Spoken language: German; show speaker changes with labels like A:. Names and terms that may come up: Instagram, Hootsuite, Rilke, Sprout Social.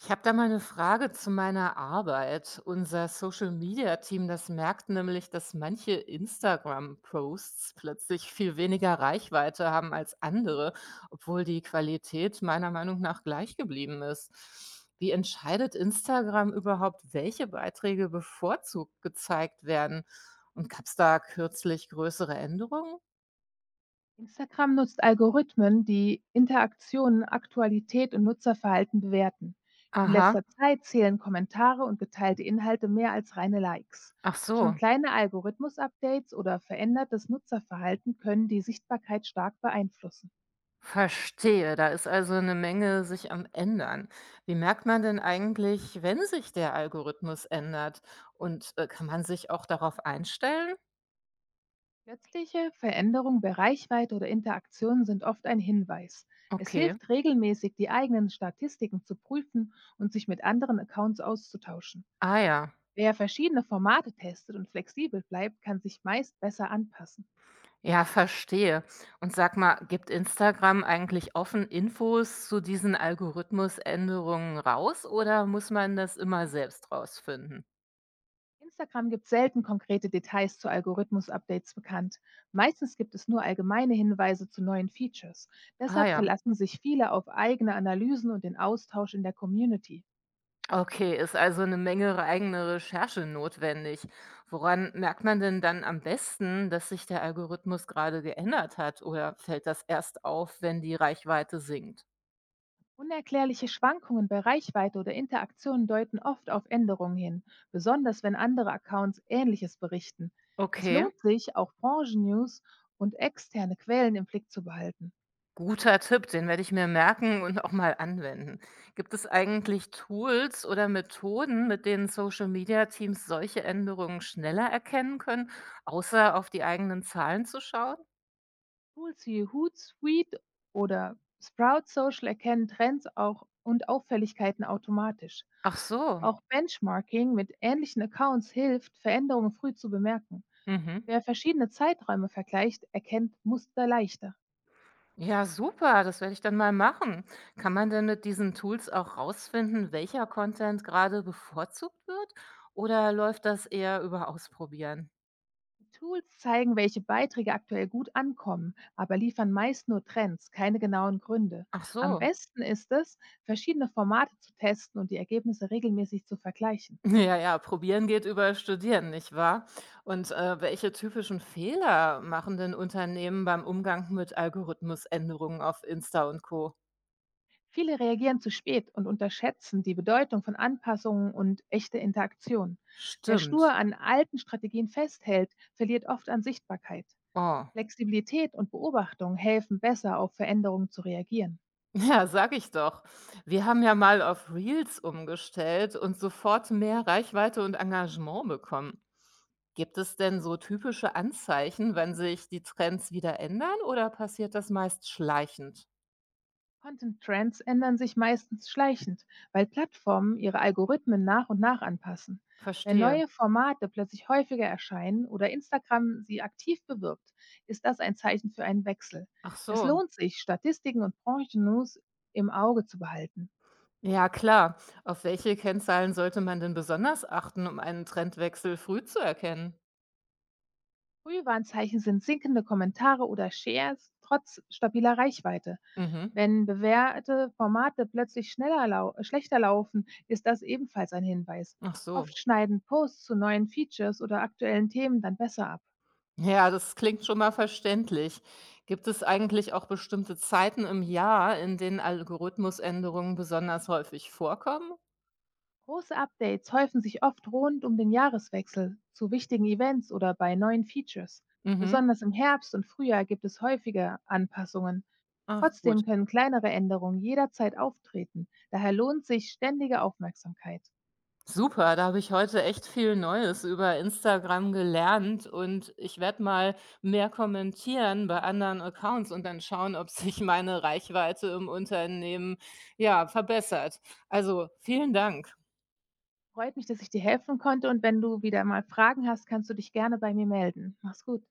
A: Ich habe da mal eine Frage zu meiner Arbeit. Unser Social-Media-Team, das merkt nämlich, dass manche Instagram-Posts plötzlich viel weniger Reichweite haben als andere, obwohl die Qualität meiner Meinung nach gleich geblieben ist. Wie entscheidet Instagram überhaupt, welche Beiträge bevorzugt gezeigt werden? Und gab es da kürzlich größere Änderungen?
B: Instagram nutzt Algorithmen, die Interaktionen, Aktualität und Nutzerverhalten bewerten. In
A: Aha,
B: letzter Zeit zählen Kommentare und geteilte Inhalte mehr als reine Likes.
A: ach so.
B: Schon kleine Algorithmus-Updates oder verändertes Nutzerverhalten können die Sichtbarkeit stark beeinflussen.
A: Verstehe, da ist also eine Menge sich am Ändern. Wie merkt man denn eigentlich, wenn sich der Algorithmus ändert? Und kann man sich auch darauf einstellen?
B: Plötzliche Veränderungen bei Reichweite oder Interaktionen sind oft ein Hinweis. Es
A: Okay.
B: hilft regelmäßig, die eigenen Statistiken zu prüfen und sich mit anderen Accounts auszutauschen.
A: Ah ja.
B: Wer verschiedene Formate testet und flexibel bleibt, kann sich meist besser anpassen.
A: Ja, verstehe. Und sag mal, gibt Instagram eigentlich offen Infos zu diesen Algorithmusänderungen raus oder muss man das immer selbst rausfinden?
B: Instagram gibt selten konkrete Details zu Algorithmus-Updates bekannt. Meistens gibt es nur allgemeine Hinweise zu neuen Features.
A: Ah
B: Deshalb
A: ja.
B: verlassen sich viele auf eigene Analysen und den Austausch in der Community.
A: Okay, ist also eine Menge eigene Recherche notwendig. Woran merkt man denn dann am besten, dass sich der Algorithmus gerade geändert hat oder fällt das erst auf, wenn die Reichweite sinkt?
B: Unerklärliche Schwankungen bei Reichweite oder Interaktionen deuten oft auf Änderungen hin, besonders wenn andere Accounts Ähnliches berichten. Es
A: Okay,
B: lohnt sich, auch Branchen-News und externe Quellen im Blick zu behalten.
A: guter Tipp, den werde ich mir merken und auch mal anwenden. Gibt es eigentlich Tools oder Methoden, mit denen Social-Media-Teams solche Änderungen schneller erkennen können, außer auf die eigenen Zahlen zu schauen?
B: Tools wie Hootsuite oder Sprout Social erkennen Trends auch und Auffälligkeiten automatisch.
A: Ach so,
B: Auch Benchmarking mit ähnlichen Accounts hilft, Veränderungen früh zu bemerken.
A: mhm.
B: Wer verschiedene Zeiträume vergleicht, erkennt Muster leichter.
A: Ja, super, das werde ich dann mal machen. Kann man denn mit diesen Tools auch rausfinden, welcher Content gerade bevorzugt wird? Oder läuft das eher über Ausprobieren?
B: Die Tools zeigen, welche Beiträge aktuell gut ankommen, aber liefern meist nur Trends, keine genauen Gründe.
A: Ach
B: Am
A: so.
B: besten ist es, verschiedene Formate zu testen und die Ergebnisse regelmäßig zu vergleichen.
A: Ja, ja, probieren geht über Studieren, nicht wahr? Und welche typischen Fehler machen denn Unternehmen beim Umgang mit Algorithmusänderungen auf Insta und Co?
B: Viele reagieren zu spät und unterschätzen die Bedeutung von Anpassungen und echte Interaktion. Wer stur
A: Stimmt.
B: an alten Strategien festhält, verliert oft an Sichtbarkeit.
A: Oh.
B: Flexibilität und Beobachtung helfen besser, auf Veränderungen zu reagieren.
A: Ja, sag ich doch. Wir haben ja mal auf Reels umgestellt und sofort mehr Reichweite und Engagement bekommen. Gibt es denn so typische Anzeichen, wenn sich die Trends wieder ändern oder passiert das meist schleichend?
B: Content-Trends ändern sich meistens schleichend, weil Plattformen ihre Algorithmen nach und nach anpassen. Wenn
A: Verstehe.
B: neue Formate plötzlich häufiger erscheinen oder Instagram sie aktiv bewirbt, ist das ein Zeichen für einen Wechsel.
A: Ach
B: Es
A: so.
B: lohnt sich, Statistiken und Branchen-News im Auge zu behalten.
A: Ja, klar. Auf welche Kennzahlen sollte man denn besonders achten, um einen Trendwechsel früh zu erkennen?
B: Frühwarnzeichen sind sinkende Kommentare oder Shares trotz stabiler Reichweite.
A: Mhm.
B: Wenn bewährte Formate plötzlich schneller lau schlechter laufen, ist das ebenfalls ein Hinweis.
A: Ach
B: Oft
A: so.
B: schneiden Posts zu neuen Features oder aktuellen Themen dann besser ab.
A: Ja, das klingt schon mal verständlich. Gibt es eigentlich auch bestimmte Zeiten im Jahr, in denen Algorithmusänderungen besonders häufig vorkommen?
B: Große Updates häufen sich oft rund um den Jahreswechsel, zu wichtigen Events oder bei neuen Features.
A: Mhm.
B: Besonders im Herbst und Frühjahr gibt es häufige Anpassungen.
A: Ach gut.
B: Trotzdem können kleinere Änderungen jederzeit auftreten. Daher lohnt sich ständige Aufmerksamkeit.
A: Super, da habe ich heute echt viel Neues über Instagram gelernt und ich werde mal mehr kommentieren bei anderen Accounts und dann schauen, ob sich meine Reichweite im Unternehmen ja verbessert. Also vielen Dank.
B: Freut mich, dass ich dir helfen konnte, und wenn du wieder mal Fragen hast, kannst du dich gerne bei mir melden. Mach's gut.